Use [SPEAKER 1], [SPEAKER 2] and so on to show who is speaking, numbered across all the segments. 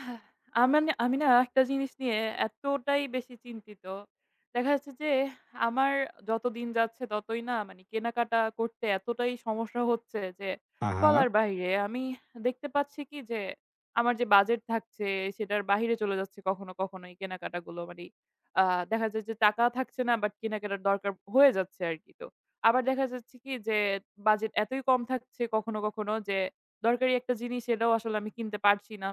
[SPEAKER 1] হ্যাঁ, আমার না আমি না একটা জিনিস নিয়ে এতটাই বেশি চিন্তিত। দেখা যাচ্ছে যে আমার যত দিন যাচ্ছে ততই না মানে কেনাকাটা করতে এতটাই সমস্যা হচ্ছে যে
[SPEAKER 2] আহা!
[SPEAKER 1] বলার বাহিরে। আমি দেখতে পাচ্ছি কি যে আমার যে বাজেট থাকছে সেটার বাহিরে চলে যাচ্ছে কখনো, কখনো এই কেনাকাটাগুলো। মানে আ দেখা যায় যে টাকা থাকছে না, বাট কেনাকাটার দরকার হয়ে যাচ্ছে আরকি, তো। আবার দেখা যাচ্ছে কি যে বাজেট এতই কম থাকছে কখনো, কখনো যে দরকারি একটা জিনিস, এটাও আসলে আমি কিনতে পারছি না।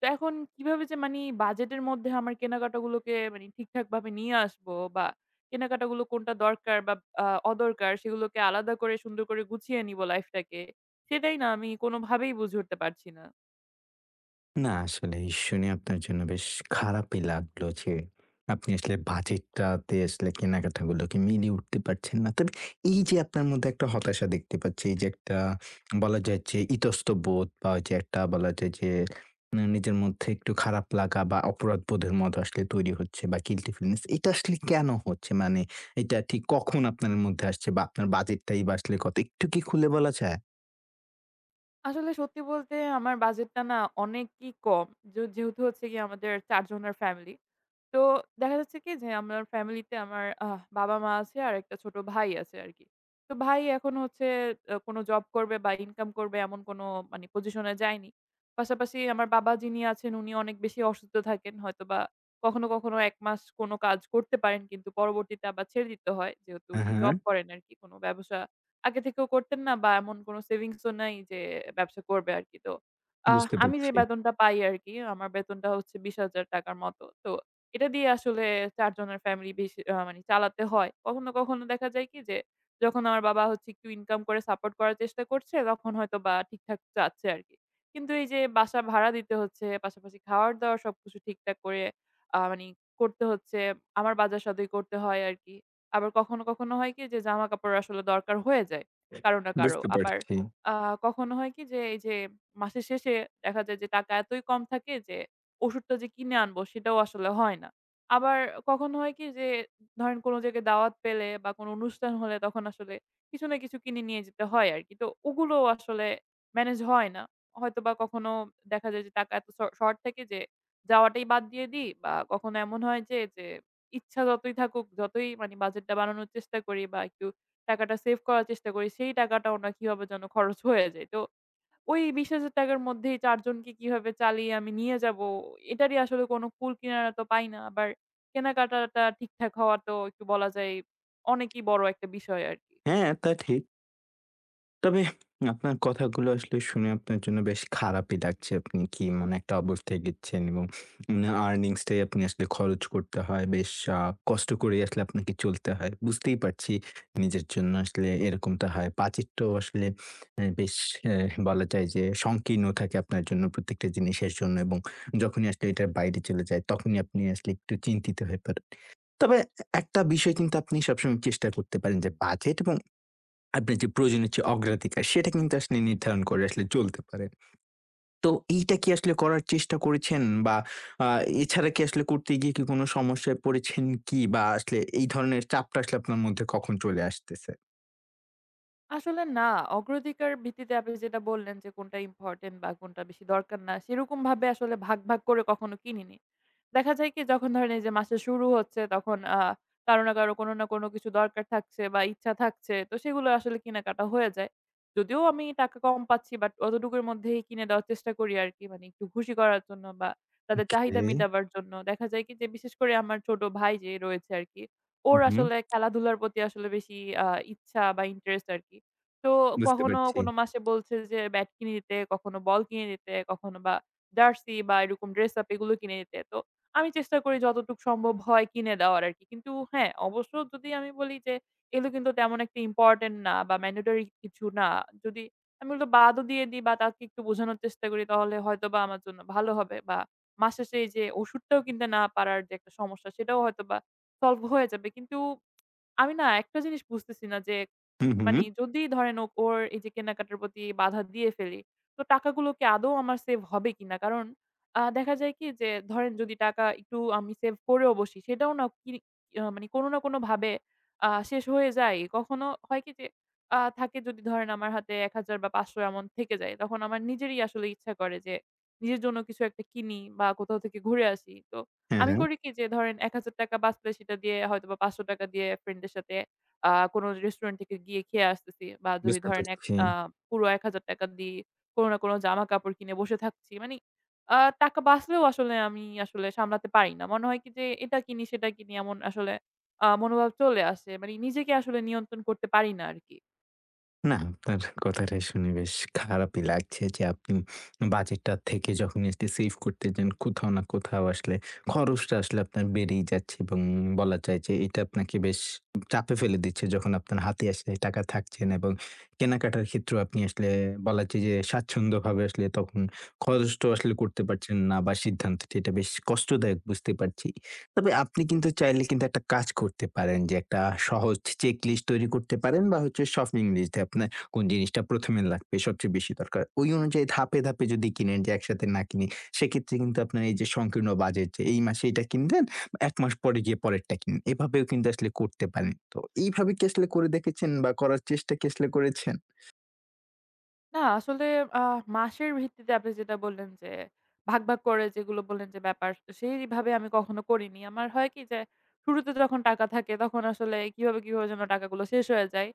[SPEAKER 1] তো এখন কিভাবে যে বাজেটের মধ্যে আমার কেনাকাটাগুলোকে ঠিকঠাকভাবে নিয়ে আসবো, বা কেনাকাটাগুলো কোনটা দরকার বা আ অদরকার সেগুলোকে আলাদা করে সুন্দর করে গুছিয়ে নিবো লাইফটাকে, সেটাই না আমি কোনোভাবেই বুঝে উঠতে পারছি না।
[SPEAKER 2] না, আসলেই শুনে আপনার জন্য বেশ খারাপই লাগলো যে আপনি আসলে বাজেটটাতে আসলে কেনাকাটাগুলোকে মিলিয়ে উঠতে পারছেন না। তবে এই যে আপনার মধ্যে একটা হতাশা দেখতে পাচ্ছি, এই যে একটা বলা যায় যে ইতস্তবোধ বা ওই যে একটা বলা যায় যে না নিজের মধ্যে একটু খারাপ লাগা বা অপরাধবোধের মতো আসলে তৈরি হচ্ছে বা গিল্টি ফিলিংস, এটা আসলে কেন হচ্ছে? মানে এটা ঠিক কখন আপনার মধ্যে আসছে বা আপনার বাজেটটাই বা আসলে কত? একটু কি খুলে বলা যায়?
[SPEAKER 1] আসলে সত্যি বলতে আমার বাজেটটা না অনেকই কম। যেহেতু হচ্ছে গিয়ে আমাদের ৪ জনের ফ্যামিলি। তো দেখা যাচ্ছে কি যে আমার ফ্যামিলিতে আমার বাবা-মা আছে, আর একটা ছোট ভাই আছে আরকি। তো ভাই এখন হচ্ছে কোনো জব করবে বা ইনকাম করবে, এমন কোনো মানে পজিশনে যায়নি। পাশাপাশি আমার বাবা, যিনি আছেন, উনি অনেক বেশি অসুস্থ থাকেন। হয়তোবা কখনো, কখনো ১ মাস কোনো কাজ করতে পারেন, কিন্তু পরবর্তীতে আবার ছেড়ে দিতে হয়। যেহেতু
[SPEAKER 2] হ্যাঁ,
[SPEAKER 1] উনি
[SPEAKER 2] হ্যাঁ।
[SPEAKER 1] জব করেন আরকি, কোনো ব্যবসা আগে থেকেও করতেন না, বা এমন কোনো সেভিংস ও নাই যে ব্যবসা করবে আরকি। তো
[SPEAKER 2] বুঝতে
[SPEAKER 1] আমি যে
[SPEAKER 2] পারছি।
[SPEAKER 1] বেতনটা পাই আরকি, আমার বেতনটা হচ্ছে ৳২০,০০০ টাকার মতো। তো এটা দিয়ে আসলে ৪ জনের ফ্যামিলি বেশি মানে চালাতে হয়। কখনো, কখনো দেখা যায় কি যে যখন আমার বাবা হচ্ছে একটু ইনকাম করে সাপোর্ট করার চেষ্টা করছে, তখন হয়তোবা ঠিকঠাক যাচ্ছে আরকি। কিন্তু এই যে বাসা ভাড়া দিতে হচ্ছে, পাশাপাশি খাওয়ার-দাওয়ার সবকিছু ঠিকঠাক করে আ মানি করতে হচ্ছে। আমার বাজার-সদাই করতে হয় আরকি। আবার কখনো, কখনো হয় কি যে জামা-কাপড় আসলে দরকার হয়ে যায় কারো না কারো।
[SPEAKER 2] বুঝতে
[SPEAKER 1] আবার
[SPEAKER 2] পারছি।
[SPEAKER 1] আ কখনো হয় কি যে এই যে মাসের শেষে দেখা যায় যে টাকা এতই কম থাকে যে ওষুধটা যে কিনে আনবো, সেটাও আসলে হয় না। আবার কখনো হয় কি যে ধরেন কোন জায়গায় দাওয়াত পেলে বা কোন অনুষ্ঠান হলে, তখন আসলে কিছু না কিছু কিনে নিয়ে যেতে হয় আরকি। তো ওগুলোও আসলে ম্যানেজ হয় না। হয়তোবা কখনো দেখা যায় যে টাকা এত শর্ট থাকে যে যাওয়াটাই বাদ দিয়ে দিই, বা কখনো এমন হয় যে, যে ইচ্ছা যতই থাকুক, যতই মানে বাজেটটা বানানোর চেষ্টা করি বা একটু টাকাটা সেভ করার চেষ্টা করি, সেই টাকাটাও না কিভাবে যেন খরচ হয়ে যায়। তো ওই ৳২০,০০০ র মধ্যেই ৪ জনকে কিভাবে চালিয়ে আমি নিয়ে যাবো, এটারই আসলে কোনো কূল কিনারা তো পাই না। আবার কেনাকাটাটা ঠিকঠাক হওয়া তো একটু বলা যায় অনেকই বড় একটা বিষয় আরকি।
[SPEAKER 2] হ্যাঁ, তা ঠিক। তবে আপনার কথাগুলো আসলে শুনে আপনার জন্য বেশ খারাপই লাগছে। আপনি কি এমন একটা অবস্থায় গেচ্ছেন এবং না earnings টাই আপনি আসলে খরচ করতে হয়। বেশ আ কষ্ট করেই আসলে আপনাকে চলতে হয়। বুঝতেই পারছি নিজের জন্য আসলে এরকমটা হয়। বাজেটটাও আসলে বেশ বলা যায় যে সংকীর্ণ থাকে আপনার জন্য প্রত্যেকটা জিনিসের জন্য, এবং যখনই আসলে এটার বাইরে চলে যায় তখনই আপনি আসলে একটু চিন্তিত হয়ে পড়েন। তবে একটা বিষয় কিন্তু আপনি সবসময় চেষ্টা করতে পারেন যে বাজেট এবং আপনার যে প্রয়োজনের যে অগ্রাধিকার সেটা কিন্তু আসলে নির্ধারণ করে আসলে চলতে পারেন। তো এইটা কি আসলে করার চেষ্টা করেছেন বা আ এছাড়া কি আসলে করতে গিয়ে কি কোনো সমস্যায় পড়েছেন কি? বা আসলে এই ধরনের চাপটা আসলে আপনার মধ্যে কখন চলে আসতেছে?
[SPEAKER 1] আসলে না, অগ্রাধিকার ভিত্তিতে আপনি যেটা বললেন যে কোনটা ইম্পোর্টেন্ট বা কোনটা বেশি দরকার না, সেরকমভাবে আসলে ভাগ, ভাগ করে কখনো কিনিনি। দেখা যায় কি, যখন ধরেন এই যে মাসের শুরু হচ্ছে তখন কারো না কারো কোনো না কোনো কিছু দরকার থাকছে বা ইচ্ছা থাকছে, তো সেগুলো আসলে কেনাকাটা হয়ে যায়। যদিও আমি টাকা কম পাচ্ছি, বাট অতটুকুর মধ্যেই কিনে দেওয়ার চেষ্টা করি আরকি, মানে একটু খুশি করার জন্য বা তাদের চাহিদা
[SPEAKER 2] ওকে।
[SPEAKER 1] মেটাবার জন্য। দেখা যায় কি যে বিশেষ করে আমার ছোট ভাই যে রয়েছে আরকি, ওর
[SPEAKER 2] হুম,
[SPEAKER 1] আসলে খেলাধুলার প্রতি আসলে বেশি আ ইচ্ছা বা ইন্টারেস্ট আরকি। তো
[SPEAKER 2] বুঝতে
[SPEAKER 1] কখনো
[SPEAKER 2] পারছি।
[SPEAKER 1] কোনো মাসে বলছে যে ব্যাট কিনে দিতে, কখনো বল কিনে দিতে, কখনো বা জার্সি বা এরকম ড্রেস আপ এগুলো কিনে দিতে। তো আমি চেষ্টা করি যতটুক সম্ভব হয় কিনে দেওয়ার আরকি। কিন্তু হ্যাঁ, অবশ্য যদি আমি বলি যে এগুলো কিন্তু তেমন একটা ইম্পোর্টেন্ট না বা ম্যান্ডেটরি কিছু না। যদি আমি ওগুলো বাদও দিয়ে দিই বা তাকে একটু বোঝানোর চেষ্টা করি, তাহলে হয়তোবা আমার জন্য ভালো হবে, বা মাস শেষে এই যে ওষুধটাও কিনতে না পারার যে একটা সমস্যা, সেটাও হয়তোবা সলভ হয়ে যাবে। কিন্তু আমি না একটা জিনিস বুঝতেছি না যে,
[SPEAKER 2] হুম, হুম।
[SPEAKER 1] মানে যদি ধরেন ওর এই যে কেনাকাটার প্রতি বাধা দিয়ে ফেলি, তো টাকাগুলো কি আদৌ আমার সেভ হবে কিনা? কারণ দেখা যায় কি যে ধরেন যদি টাকা একটু আমি সেভ করেও বসি, সেটাও না কি মানে কোনো না কোনোভাবে শেষ হয়ে যায়। কখনো হয় কি যে, থাকে যদি ধরেন আমার হাতে ১,০০০ বা ৫০০ এমন থেকে যায়, তখন আমার নিজেরই আসলে ইচ্ছা করে যে নিজের জন্য কিছু একটা কিনি বা কোথাও থেকে ঘুরে আসি। তো
[SPEAKER 2] হ্যাঁ,
[SPEAKER 1] আমি
[SPEAKER 2] হ্যাঁ।
[SPEAKER 1] করি কি যে, ধরেন ৳১,০০০ বাঁচলে সেটা দিয়ে হয়তোবা ৳৫০০ দিয়ে ফ্রেন্ডের সাথে আ কোনো রেস্টুরেন্ট থেকে গিয়ে খেয়ে আসতেছি, বা যদি
[SPEAKER 2] বুঝতে
[SPEAKER 1] ধরেন এক
[SPEAKER 2] পারছি।
[SPEAKER 1] পুরো ৳১,০০০ দিয়ে কোনো না কোনো জামাকাপড় কিনে বসে থাকছি। মানে আ টাকা বাঁচলেও আসলে আমি আসলে সামলাতে পারি না। মনে হয় কি যে এটা কিনি, সেটা কিনি, এমন আসলে মনোভাব চলে আসে। মানে নিজেকে আসলে নিয়ন্ত্রণ করতে পারি না আরকি।
[SPEAKER 2] না, আপনার কথাটা শুনে বেশ খারাপই লাগছে যে আপনি বাজেটটা থেকে যখন আসলে সেভ করতে যান, কোথাও না কোথাও আসলে খরচটা আসলে আপনার বেড়েই যাচ্ছে, এবং বলা যায় যে এটা আপনাকে বেশ চাপে ফেলে দিচ্ছে যখন আপনার হাতে আসলে টাকা থাকছে না এবং কেনাকাটার ক্ষেত্রেও আপনি আসলে বলা যায় যে স্বাচ্ছন্দ্যভাবে আসলে তখন খরচটাও আসলে করতে পারছেন না বা সিদ্ধান্তটি এটা বেশ কষ্টদায়ক, বুঝতে পারছি। তবে আপনি কিন্তু চাইলে কিন্তু একটা কাজ করতে পারেন যে একটা সহজ চেক লিস্ট তৈরি করতে পারেন বা হচ্ছে শপিং লিস্টে আপনার কোন জিনিসটা প্রথমে লাগবে, সবচেয়ে বেশি দরকার। ওই অনুযায়ী ধাপে, ধাপে যদি কিনেন, যে একসাথে না কিনি, সেক্ষেত্রে কিন্তু আপনার এই যে সংকীর্ণ বাজেট, যে এই মাসে এটা কিনলেন, ১ মাস পরে গিয়ে পরেরটা কিনুন। এভাবেও কিন্তু আসলে করতে পারেন। তো এইভাবে কি আসলে করে দেখেছেন বা করার চেষ্টা কি আসলে করেছেন?
[SPEAKER 1] না আসলে, আ মাসের ভিত্তিতে আপনি যেটা বললেন যে, ভাগ, ভাগ করে যেগুলো বললেন যে ব্যাপার, সেইভাবে আমি কখনো করিনি। আমার হয় কি যে, শুরুতে যখন টাকা থাকে তখন আসলে কিভাবে, কিভাবে যেন টাকাগুলো শেষ হয়ে যায়,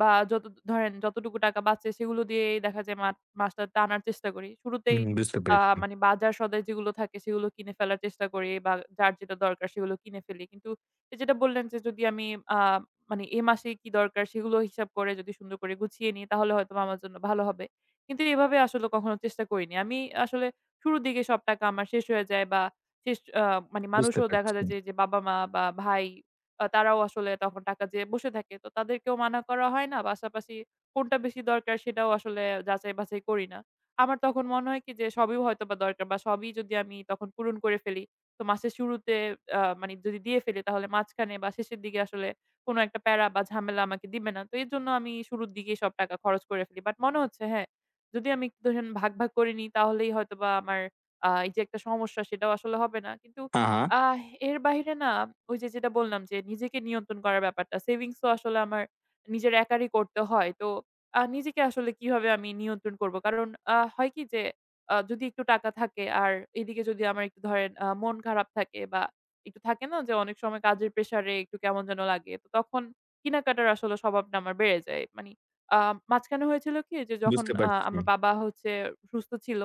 [SPEAKER 1] বা ধরেন যতটুকু টাকা বাঁচে সেগুলো দিয়েই দেখা যায় মাসটা টানার চেষ্টা করি। শুরুতেই
[SPEAKER 2] হুম, বুঝতে
[SPEAKER 1] আ
[SPEAKER 2] পেরেছি,
[SPEAKER 1] মানে বাজার সদাই যেগুলো থাকে সেগুলো কিনে ফেলার চেষ্টা করি, বা যার যেটা দরকার সেগুলো কিনে ফেলি। কিন্তু এই যেটা বললেন যে যদি আমি আ মানে এ মাসে কি দরকার সেগুলো হিসাব করে যদি সুন্দর করে গুছিয়ে নিই, তাহলে হয়তোবা আমার জন্য ভালো হবে। কিন্তু এভাবে আসলে কখনো চেষ্টা করিনি। আমি আসলে শুরুর দিকে সব টাকা আমার শেষ হয়ে যায়, বা শেষ মানে
[SPEAKER 2] বুঝতে
[SPEAKER 1] মানুষও দেখা
[SPEAKER 2] পারছি।
[SPEAKER 1] যায় যে, বাবা-মা বা ভাই তারাও আসলে তখন টাকা যেয়ে বসে থাকে। তো তাদেরকেও মানা করা হয় না। পাশাপাশি কোনটা বেশি দরকার সেটাও আসলে যাচাই-বাছাই করি না। আমার তখন মনে হয় কি যে সবই হয়তোবা দরকার, বা সবই যদি আমি তখন পূরণ করে ফেলি, তো মাসের শুরুতে মানে যদি দিয়ে ফেলি, তাহলে মাঝখানে বা শেষের দিকে আসলে কোনো একটা প্যারা বা ঝামেলা আমাকে দিবে না। তো এজন্য আমি শুরুর দিকেই সব টাকা খরচ করে ফেলি। বাট মনে হচ্ছে হ্যাঁ, যদি আমি একটু ধরেন ভাগ, ভাগ করে নিই তাহলেই হয়তোবা আমার এই যে একটা সমস্যা, সেটাও আসলে হবে না। কিন্তু
[SPEAKER 2] হ্যাঁ, হ্যাঁ,
[SPEAKER 1] আহ এর বাহিরে না, ওই যে যেটা বললাম যে নিজেকে নিয়ন্ত্রণ করার ব্যাপারটা, সেভিংস তো আসলে আমার নিজের একারই করতে হয়। তো নিজেকে আসলে কিভাবে আমি নিয়ন্ত্রণ করব? কারণ হয় কি যে যদি একটু টাকা থাকে, আর এদিকে যদি আমার একটু ধরেন মন খারাপ থাকে, বা একটু থাকে না যে অনেক সময় কাজের প্রেশারে একটু কেমন যেন লাগে, তো তখন কেনাকাটার আসলে স্বভাবটা আমার বেড়ে যায়। মানি আ মাঝখানে হয়েছিল কি যে যখন
[SPEAKER 2] বুঝতে পারছি।
[SPEAKER 1] আমার বাবা হচ্ছে সুস্থ ছিল,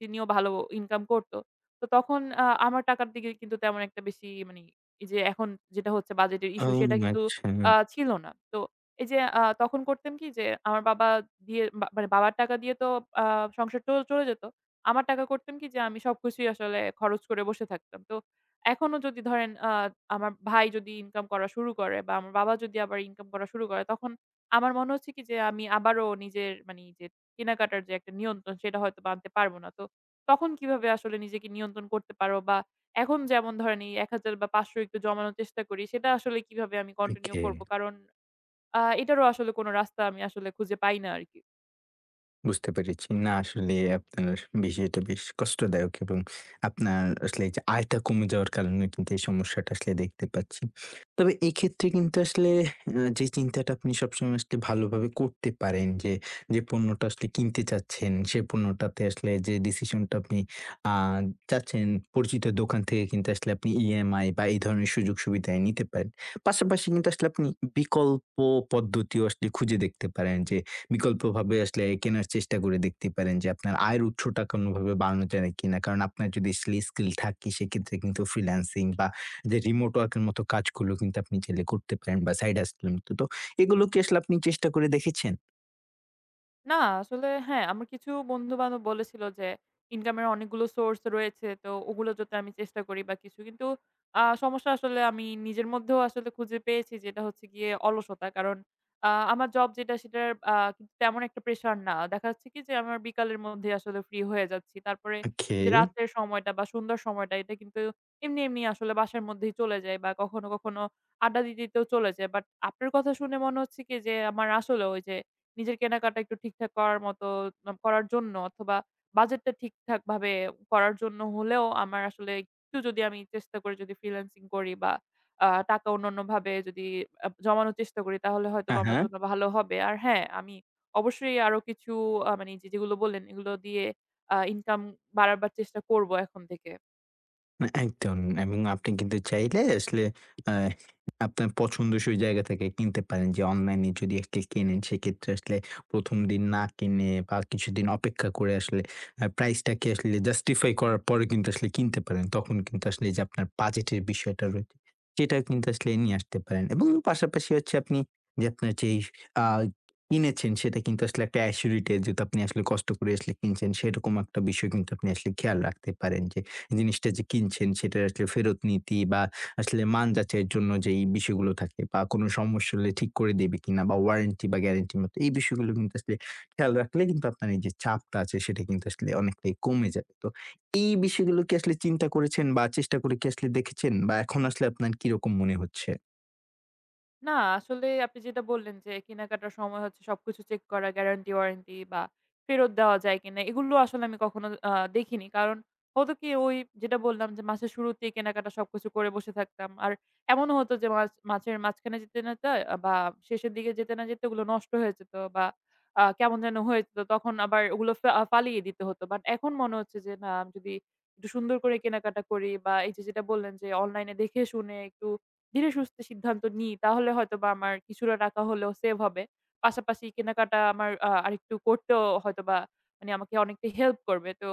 [SPEAKER 1] তিনিও ভালো ইনকাম করত। তো তখন আমার টাকার দিকে কিন্তু তেমন একটা বেশি এই যে এখন যেটা হচ্ছে বাজেটের
[SPEAKER 2] ও
[SPEAKER 1] ইস্যু, সেটা কিন্তু
[SPEAKER 2] আচ্ছা,
[SPEAKER 1] ছিল না। তো এই যে তখন করতাম কি যে আমার বাবা দিয়ে বা মানে বাবার টাকা দিয়ে তো আ সংসার চলে যেত। আমার টাকা করতাম কি যে আমি সবকিছুই আসলে খরচ করে বসে থাকতাম। তো এখনো যদি ধরেন আমার ভাই যদি ইনকাম করা শুরু করে, বা আমার বাবা যদি আবার ইনকাম করা শুরু করে, তখন আমার মনে হচ্ছে কি যে আমি আবারও নিজের মানে যে কেনাকাটার যে একটা নিয়ন্ত্রণ, সেটা হয়তোবা আনতে পারব না। তো তখন কিভাবে আসলে নিজেকে নিয়ন্ত্রণ করতে পারব, বা এখন যেমন ধরেন এই ১,০০০ বা ৫০০ একটু জমানোর চেষ্টা করি, সেটা আসলে কিভাবে আমি কন্টিনিউ
[SPEAKER 2] ওকে।
[SPEAKER 1] করব? কারণ এটারও আসলে কোন রাস্তা আমি আসলে খুঁজে পাই না আরকি।
[SPEAKER 2] বুঝতে পেরেছি। না, আসলে আপনার বিষয়টা বেশ কষ্টদায়ক এবং আপনার আসলে এই যে আয়টা কমে যাওয়ার কারণে কিন্তু এই সমস্যাটা আসলে দেখতে পাচ্ছি। তবে এক্ষেত্রে কিন্তু আসলে যে চিন্তাটা আপনি সবসময় আসলে ভালোভাবে করতে পারেন যে, যে পণ্যটা আসলে কিনতে চাচ্ছেন, সে পণ্যটাতে আসলে যে ডিসিশনটা আপনি আ চাচ্ছেন পরিচিত দোকান থেকে কিন্তু আসলে আপনি ইএমআই বা এই ধরনের সুযোগ সুবিধায় নিতে পারেন। পাশাপাশি কিন্তু আসলে আপনি বিকল্প পদ্ধতিও আসলে খুঁজে দেখতে পারেন যে, বিকল্পভাবে আসলে কেনার চেষ্টা করে দেখতে পারেন যে আপনার আয়ের উৎসটা কোনোভাবে বাড়ানো যায় কিনা। কারণ আপনার যদি আসলে স্কিল থাকে সেক্ষেত্রে কিন্তু ফ্রিল্যান্সিং বা যে রিমোট ওয়ার্কের মতো কাজগুলো কিন্তু আপনি চাইলে করতে পারেন বা সাইড হাসেল এর মতো। তো এগুলো কি আসলে আপনি চেষ্টা করে দেখেছেন?
[SPEAKER 1] না, আসলে হ্যাঁ, আমার কিছু বন্ধু-বান্ধব বলেছিল যে ইনকামের অনেকগুলো সোর্স রয়েছে। তো ওগুলো যাতে আমি চেষ্টা করি বা কিছু। কিন্তু সমস্যা আসলে আমি নিজের মধ্যেও আসলে খুঁজে পেয়েছি, যেটা হচ্ছে গিয়ে অলসতা। কারণ আমার জব যেটা, সেটার কিন্তু তেমন একটা প্রেশার না। দেখা যাচ্ছে কি যে আমার বিকালের মধ্যে আসলে ফ্রি হয়ে যাচ্ছি। তারপরে
[SPEAKER 2] ওকে।
[SPEAKER 1] এই যে রাতের সময়টা বা সন্ধ্যার সময়টা, এটা কিন্তু এমনি, এমনি আসলে বাসার মধ্যেই চলে যায়, বা কখনো, কখনো আড্ডা দিতে, দিতেও চলে যায়। বাট আপনার কথা শুনে মনে হচ্ছে কি যে আমার আসলেও ওই যে নিজের কেনাকাটা একটু ঠিকঠাক করার মতো করার জন্য, অথবা বাজেটটা ঠিকঠাকভাবে করার জন্য হলেও আমার আসলে একটু যদি আমি চেষ্টা করি, যদি ফ্রিল্যান্সিং করি বা টাকা অন্যান্যভাবে যদি জমানোর চেষ্টা করি, তাহলে হয়তোবা
[SPEAKER 2] হ্যাঁ,
[SPEAKER 1] আমার
[SPEAKER 2] হ্যাঁ।
[SPEAKER 1] জন্য ভালো হবে। আর হ্যাঁ, আমি অবশ্যই আরো কিছু মানে যেগুলো বললেন এগুলো দিয়ে ইনকাম বাড়াবার চেষ্টা করব এখন থেকে।
[SPEAKER 2] না, একদম। এবং আপনি কিন্তু চাইলে আসলে আ আপনার পছন্দসই জায়গা থেকে কিনতে পারেন যে অনলাইনে যদি আজকে কেনেন সেক্ষেত্রে আসলে ১ম দিন না কিনে বা কিছুদিন অপেক্ষা করে আসলে প্রাইসটাকে আসলে জাস্টিফাই করার পরে কিন্তু আসলে কিনতে পারেন। তখন কিন্তু আসলে এই যে আপনার বাজেটের বিষয়টা রয়েছে সেটা কিন্তু আসলে নিয়ে আসতে পারেন এবং পাশাপাশি হচ্ছে আপনি যে আপনার যেই আ কিনেছেন সেটা কিন্তু আসলে একটা অ্যাসিউরিটি, যেহেতু আপনি আসলে কষ্ট করে আসলে কিনছেন সেরকম একটা বিষয় কিন্তু আপনি আসলে খেয়াল রাখতে পারেন যে জিনিসটা যে কিনছেন সেটার আসলে ফেরত নীতি বা আসলে মান যাচাইয়ের জন্য যেই বিষয়গুলো থাকে বা কোনো সমস্যা হলে ঠিক করে দেবে কিনা বা ওয়ারেন্টি বা গ্যারান্টির মতো এই বিষয়গুলো কিন্তু আসলে খেয়াল রাখলে কিন্তু আপনার এই যে চাপটা আছে সেটা কিন্তু আসলে অনেকটাই কমে যাবে। তো এই বিষয়গুলো কি আসলে চিন্তা করেছেন বা চেষ্টা করে কি আসলে দেখেছেন বা এখন আসলে আপনার কিরকম মনে হচ্ছে?
[SPEAKER 1] না, আসলে আপনি যেটা বললেন যে কেনাকাটার সময় হচ্ছে সবকিছু চেক করা, গ্যারান্টি ওয়ারেন্টি বা ফেরত দেওয়া যায় কিনা, এগুলো আসলে আমি কখনো দেখিনি। কারণ হতো কি, ওই যেটা বললাম যে মাসের শুরুতেই কেনাকাটা সবকিছু করে বসে থাকতাম। আর এমনও হতো যে মাছের মাঝখানে যেতে না তা, বা শেষের দিকে যেতে না যেতে ওগুলো নষ্ট হয়ে যেত, বা কেমন যেন হয়ে যেত। তখন আবার ওগুলো ফালিয়ে দিতে হতো। বাট এখন মনে হচ্ছে যে না, আমি যদি একটু সুন্দর করে কেনাকাটা করি, বা এই যে যেটা বললেন যে অনলাইনে দেখে শুনে একটু ধীরে সুস্থে সিদ্ধান্ত নিই, তাহলে হয়তোবা আমার কিছুটা টাকা হলেও সেভ হবে। পাশাপাশি কেনাকাটা আমার আরেকটু করতেও হয়তোবা মানে আমাকে অনেকটা হেল্প করবে। তো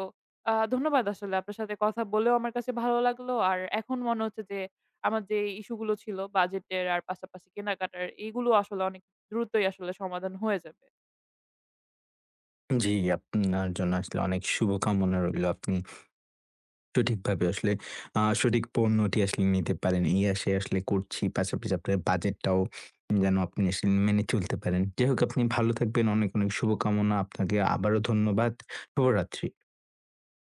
[SPEAKER 1] ধন্যবাদ, আসলে আপনার সাথে কথা বলেও আমার কাছে ভালো লাগলো। আর এখন মনে হচ্ছে যে আমার যে ইস্যু গুলো ছিল বাজেটের আর পাশাপাশি কেনাকাটার, এইগুলো আসলে অনেক দ্রুতই আসলে সমাধান হয়ে যাবে।
[SPEAKER 2] জি, আপনার জন্য আসলে অনেক শুভকামনা রইলো। আপনি সঠিকভাবে আসলে সঠিক পণ্যটি আসলে নিতে পারেন, এই আশায় আসলে করছি। পাশাপাশি আপনার বাজেটটাও যেন আপনি আসলে মেনে চলতে পারেন। যাই হোক, আপনি ভালো থাকবেন। অনেক, অনেক শুভকামনা। আপনাকে আবারও ধন্যবাদ। শুভরাত্রি।